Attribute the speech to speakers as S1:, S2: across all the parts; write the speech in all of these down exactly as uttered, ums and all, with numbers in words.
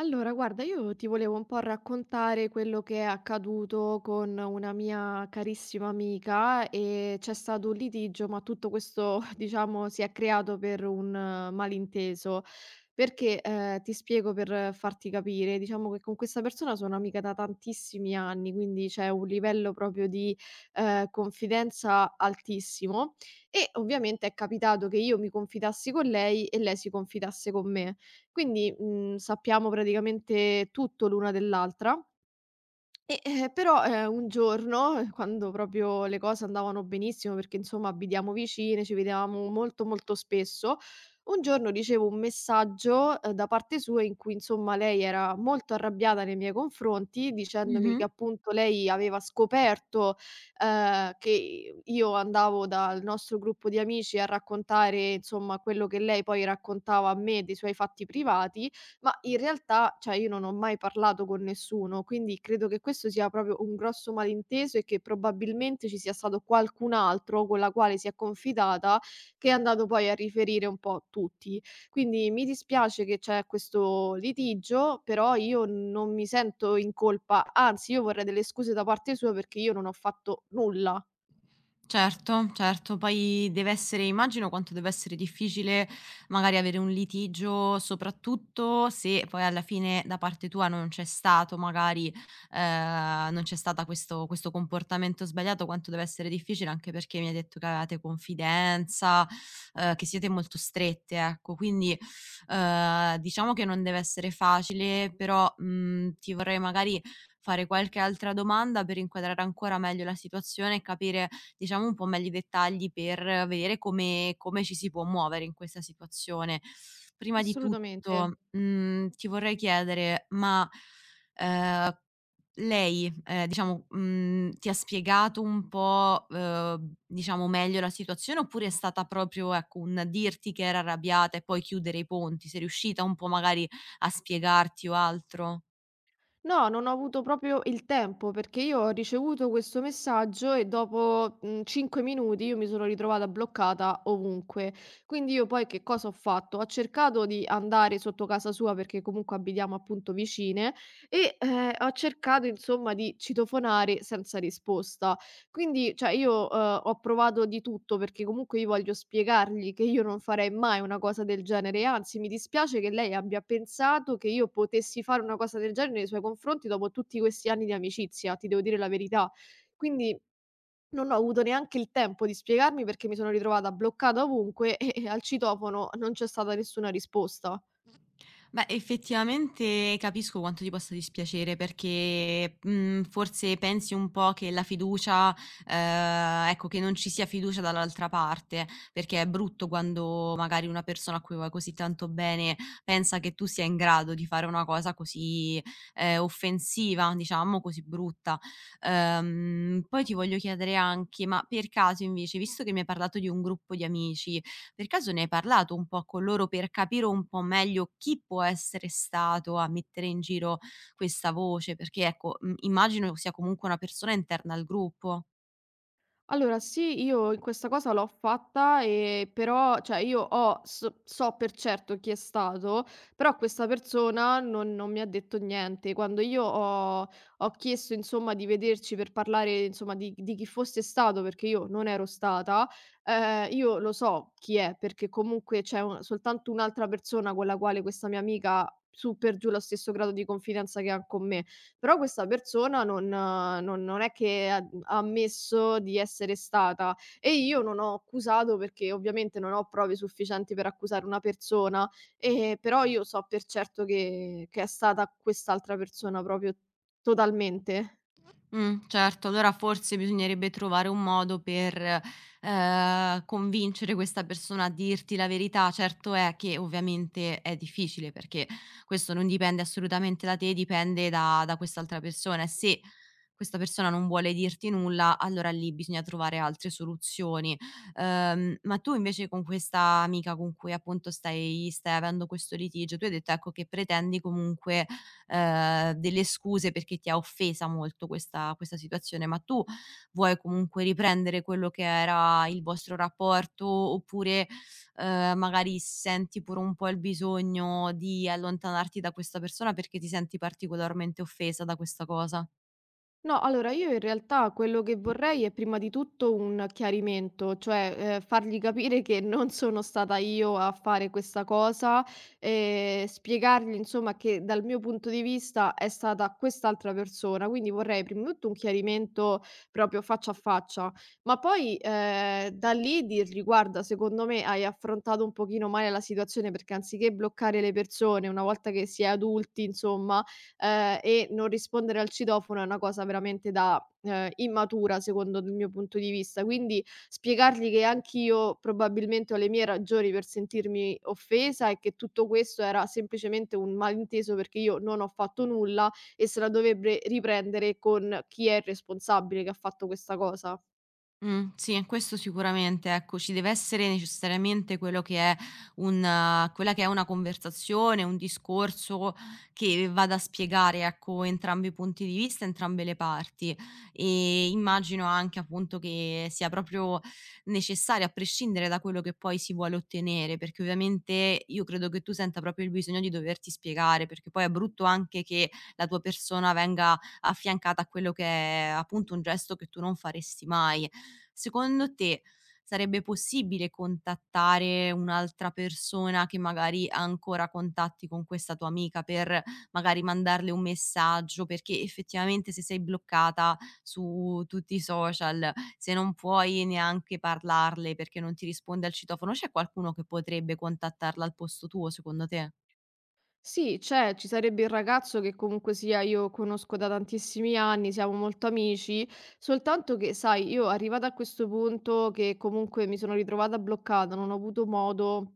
S1: Allora, guarda, io ti volevo un po' raccontare quello che è accaduto con una mia carissima amica e c'è stato un litigio, ma tutto questo, diciamo, si è creato per un eh, malinteso. Perché eh, ti spiego per eh, farti capire, diciamo che con questa persona sono amica da tantissimi anni, quindi c'è un livello proprio di eh, confidenza altissimo e ovviamente è capitato che io mi confidassi con lei e lei si confidasse con me. Quindi, mhmm, sappiamo praticamente tutto l'una dell'altra e, eh, però, ehm, un giorno eh, quando proprio le cose andavano benissimo, perché insomma abitiamo vicine, ci vedevamo molto, molto spesso, un giorno ricevo un messaggio, ehm, da parte sua in cui insomma lei era molto arrabbiata nei miei confronti, dicendomi che
S2: Mh-mh.
S1: appunto lei aveva scoperto, ehm, che io andavo dal nostro gruppo di amici a raccontare insomma quello che lei poi raccontava a me dei suoi fatti privati, ma in realtà, cioè io non ho mai parlato con nessuno, quindi credo che questo sia proprio un grosso malinteso e che probabilmente ci sia stato qualcun altro con la quale si è confidata che è andato poi a riferire un po' tutti. Quindi mi dispiace che c'è questo litigio, però io non mi sento in colpa, anzi io vorrei delle scuse da parte sua perché io non ho fatto nulla,
S2: Certo, certo. Poi deve essere immagino quanto deve essere difficile magari avere un litigio, soprattutto se poi alla fine da parte tua non c'è stato magari ehm, non c'è stata questo questo comportamento sbagliato, quanto deve essere difficile, anche perché mi hai detto che avevate confidenza, ehm, che siete molto strette, ecco. Quindi, ehm, diciamo che non deve essere facile, però, mhmm, ti vorrei magari fare qualche altra domanda per inquadrare ancora meglio la situazione e capire diciamo un po' meglio i dettagli per vedere come come ci si può muovere in questa situazione. Prima di Mh-mh.
S1: assolutamente.
S2: Tutto, mhmm, ti vorrei chiedere, ma, ehm, lei, ehm, diciamo, mhmm, ti ha spiegato un po', ehm, diciamo meglio la situazione oppure è stata proprio, ecco, un dirti che era arrabbiata e poi chiudere i ponti? Sei riuscita un po' magari a spiegarti o altro?
S1: No, non ho avuto proprio il tempo perché io ho ricevuto questo messaggio e dopo, mhmm, cinque minuti io mi sono ritrovata bloccata ovunque. Quindi io poi che cosa ho fatto? Ho cercato di andare sotto casa sua perché comunque abitiamo appunto vicine e, ehm, ho cercato insomma di citofonare senza risposta. Quindi, cioè io, uhm, ho provato di tutto perché comunque io voglio spiegargli che io non farei mai una cosa del genere e anzi mi dispiace che lei abbia pensato che io potessi fare una cosa del genere nei suoi confronti dopo tutti questi anni di amicizia, ti devo dire la verità. Quindi non ho avuto neanche il tempo di spiegarmi perché mi sono ritrovata bloccata ovunque e e al citofono non c'è stata nessuna risposta.
S2: Beh, effettivamente capisco quanto ti possa dispiacere perché, mhmm, forse pensi un po' che la fiducia ehm, ecco, che non ci sia fiducia dall'altra parte, perché è brutto quando magari una persona a cui vuoi così tanto bene pensa che tu sia in grado di fare una cosa così, ehm, offensiva, diciamo, così brutta. Ehm, poi ti voglio chiedere anche: ma per caso invece, visto che mi hai parlato di un gruppo di amici, per caso ne hai parlato un po' con loro per capire un po' meglio chi può essere stato a mettere in giro questa voce? Perché ecco, mhmm, immagino sia comunque una persona interna al gruppo.
S1: Allora sì, io in questa cosa l'ho fatta, ehm, però cioè io ho so so per certo chi è stato, però questa persona non non mi ha detto niente. Quando io ho ho chiesto insomma di vederci per parlare insomma di di chi fosse stato, perché io non ero stata, ehm, io lo so chi è, perché comunque c'è un soltanto un'altra persona con la quale questa mia amica su per giù lo stesso grado di confidenza che ha con me, però questa persona non eh, non non è che ha mhmm, ha ammesso di essere stata e io non ho accusato perché ovviamente non ho prove sufficienti per accusare una persona, ehm, però io so per certo che che è stata quest'altra persona proprio totalmente.
S2: Mh, certo. Allora forse bisognerebbe trovare un modo per, ehm, convincere questa persona a dirti la verità. Certo è che ovviamente è difficile, perché questo non dipende assolutamente da te, dipende da da quest'altra persona e se questa persona non vuole dirti nulla, allora lì bisogna trovare altre soluzioni. Ehm, ma tu invece con questa amica con cui appunto stai stai avendo questo litigio, tu hai detto, ecco, che pretendi comunque, ehm, delle scuse perché ti ha offesa molto questa questa situazione, ma tu vuoi comunque riprendere quello che era il vostro rapporto oppure, ehm, magari senti pure un po' il bisogno di allontanarti da questa persona perché ti senti particolarmente offesa da questa cosa?
S1: No, allora io in realtà quello che vorrei è prima di tutto un chiarimento, cioè, ehm, fargli capire che non sono stata io a fare questa cosa, ehm, spiegargli insomma che dal mio punto di vista è stata quest'altra persona. Quindi vorrei prima di tutto un chiarimento proprio faccia a faccia, ma poi, ehm, da lì dirgli: "Guarda, secondo me hai affrontato un pochino male la situazione perché anziché bloccare le persone una volta che si è adulti, insomma, ehm, e non rispondere al citofono è una cosa veramente da, ehm, immatura secondo il mio punto di vista. Quindi spiegargli che anch'io probabilmente ho le mie ragioni per sentirmi offesa e che tutto questo era semplicemente un malinteso perché io non ho fatto nulla e se la dovrebbe riprendere con chi è il responsabile che ha fatto questa cosa.
S2: Mh, sì, questo sicuramente, ecco, ci deve essere necessariamente quello che è un quella che è una conversazione, un discorso che vada a spiegare, ecco, entrambi i punti di vista, entrambe le parti. Ehm, immagino anche, appunto, che sia proprio necessario, a prescindere da quello che poi si vuole ottenere, perché ovviamente io credo che tu senta proprio il bisogno di doverti spiegare, perché poi è brutto anche che la tua persona venga affiancata a quello che è appunto un gesto che tu non faresti mai. Secondo te sarebbe possibile contattare un'altra persona che magari ha ancora contatti con questa tua amica per magari mandarle un messaggio? Perché effettivamente se sei bloccata su tutti i social, se non puoi neanche parlarle perché non ti risponde al citofono, c'è qualcuno che potrebbe contattarla al posto tuo secondo te?
S1: Sì, c'è, ci sarebbe il ragazzo che comunque sia io conosco da tantissimi anni, siamo molto amici, soltanto che, sai, io arrivata a questo punto che comunque mi sono ritrovata bloccata, non ho avuto modo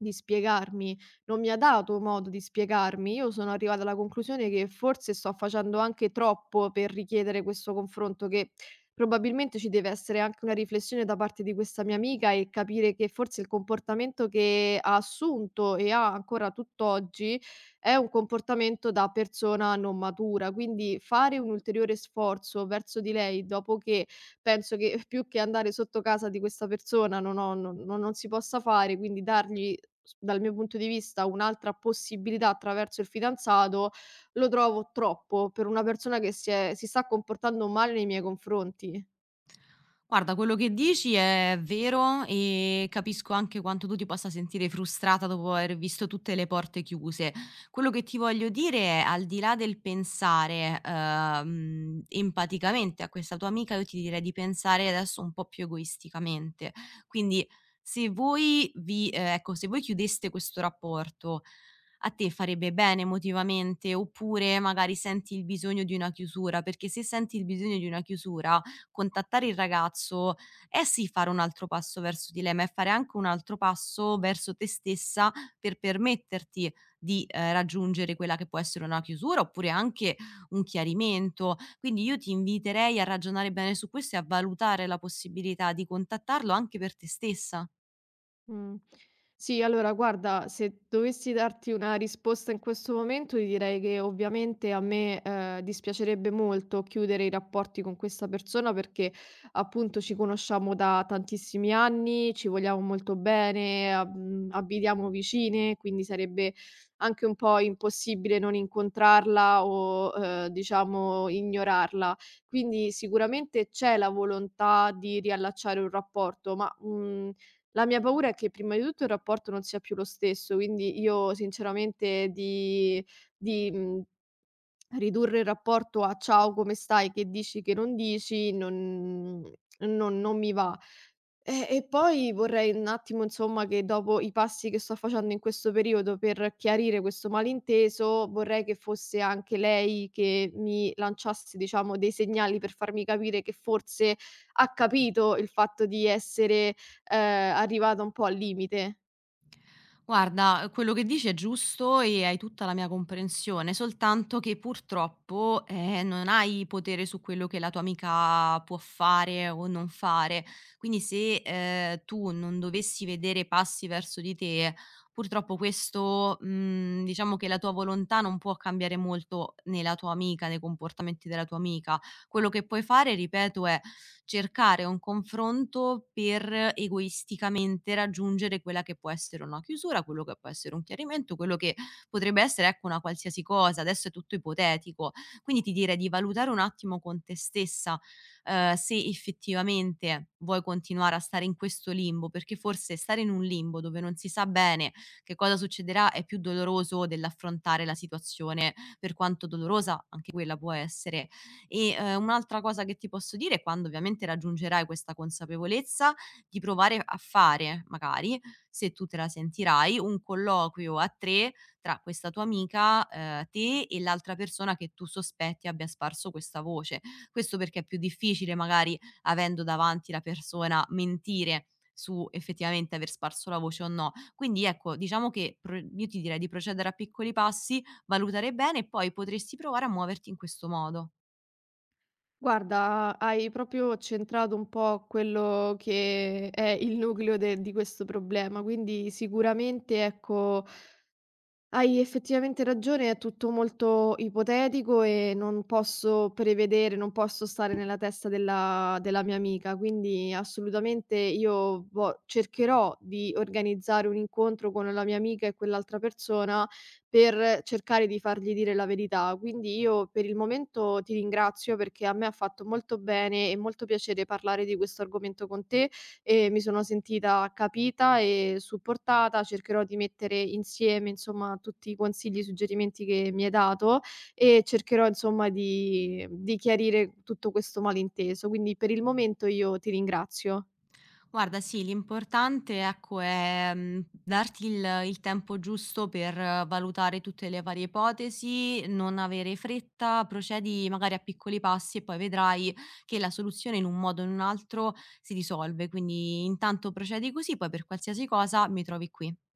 S1: di spiegarmi. Non mi ha dato modo di spiegarmi. Io sono arrivata alla conclusione che forse sto facendo anche troppo per richiedere questo confronto, che probabilmente ci deve essere anche una riflessione da parte di questa mia amica e capire che forse il comportamento che ha assunto e ha ancora tutt'oggi è un comportamento da persona non matura. Quindi fare un ulteriore sforzo verso di lei dopo che penso che più che andare sotto casa di questa persona non ho non non non si possa fare, quindi dargli s dal mio punto di vista, un'altra possibilità attraverso il fidanzato, lo trovo troppo per una persona che si è si sta comportando male nei miei confronti.
S2: Guarda, quello che dici è vero e capisco anche quanto tu ti possa sentire frustrata dopo aver visto tutte le porte chiuse. Quello che ti voglio dire è, al di là del pensare ehm, empaticamente a questa tua amica, io ti direi di pensare adesso un po' più egoisticamente. Quindi, se voi vi, eh, ecco, se voi chiudeste questo rapporto, a te farebbe bene emotivamente oppure magari senti il bisogno di una chiusura, perché se senti il bisogno di una chiusura contattare il ragazzo è sì fare un altro passo verso di lei, ma è fare anche un altro passo verso te stessa per permetterti di, ehm, raggiungere quella che può essere una chiusura, oppure anche un chiarimento. Quindi io ti inviterei a ragionare bene su questo e a valutare la possibilità di contattarlo anche per te stessa.
S1: Mh. Sì, allora guarda, se dovessi darti una risposta in questo momento, ti direi che ovviamente a me, ehm, dispiacerebbe molto chiudere i rapporti con questa persona perché appunto ci conosciamo da tantissimi anni, ci vogliamo molto bene, ab mhmm, abitiamo vicine, quindi sarebbe anche un po' impossibile non incontrarla o, ehm, diciamo ignorarla. Quindi sicuramente c'è la volontà di riallacciare un rapporto, ma, mhmm, la mia paura è che prima di tutto il rapporto non sia più lo stesso, quindi io sinceramente di di mhmm ridurre il rapporto a: "Ciao, come stai? Che dici? Che non dici?" Non non non mi va. Eh, e poi vorrei un attimo, insomma, che dopo i passi che sto facendo in questo periodo per chiarire questo malinteso, vorrei che fosse anche lei che mi lanciasse, diciamo, dei segnali per farmi capire che forse ha capito il fatto di essere, ehm, arrivata un po' al limite.
S2: Guarda, quello che dici è giusto e hai tutta la mia comprensione, soltanto che purtroppo, eh, non hai potere su quello che la tua amica può fare o non fare. Quindi se, ehm, tu non dovessi vedere passi verso di te, purtroppo questo, mhmm, diciamo che la tua volontà non può cambiare molto né la tua amica, nei comportamenti della tua amica. Quello che puoi fare, ripeto, è cercare un confronto per egoisticamente raggiungere quella che può essere una chiusura, quello che può essere un chiarimento, quello che potrebbe essere, ecco, una qualsiasi cosa. Adesso è tutto ipotetico. Quindi ti direi di valutare un attimo con te stessa, ehm, se effettivamente vuoi continuare a stare in questo limbo, perché forse stare in un limbo dove non si sa bene che cosa succederà è più doloroso dell'affrontare la situazione, per quanto dolorosa anche quella può essere, e, ehm, un'altra cosa che ti posso dire è quando ovviamente raggiungerai questa consapevolezza, di provare a fare magari, se tu te la sentirai, un colloquio a tre tra questa tua amica, ehm, te e l'altra persona che tu sospetti abbia sparso questa voce. Questo perché è più difficile magari, avendo davanti la persona, mentire su effettivamente aver sparso la voce o no. Quindi ecco, diciamo che pro io ti direi di procedere a piccoli passi, valutare bene e poi potresti provare a muoverti in questo modo.
S1: Guarda, hai proprio centrato un po' quello che è il nucleo de di questo problema, quindi sicuramente, ecco, hai effettivamente ragione, è tutto molto ipotetico e non posso prevedere, non posso stare nella testa della della mia amica, quindi assolutamente io vo cercherò di organizzare un incontro con la mia amica e quell'altra persona per cercare di fargli dire la verità. Quindi io per il momento ti ringrazio perché a me ha fatto molto bene e molto piacere parlare di questo argomento con te e mi sono sentita capita e supportata. Cercherò di mettere insieme, insomma, tutti i consigli e suggerimenti che mi hai dato e cercherò, insomma, di di chiarire tutto questo malinteso. Quindi per il momento io ti ringrazio.
S2: Guarda sì, l'importante ecco è, mhmm, darti il il tempo giusto per eh, valutare tutte le varie ipotesi, non avere fretta, procedi magari a piccoli passi e poi vedrai che la soluzione in un modo o in un altro si risolve. Quindi intanto procedi così, poi per qualsiasi cosa mi trovi qui.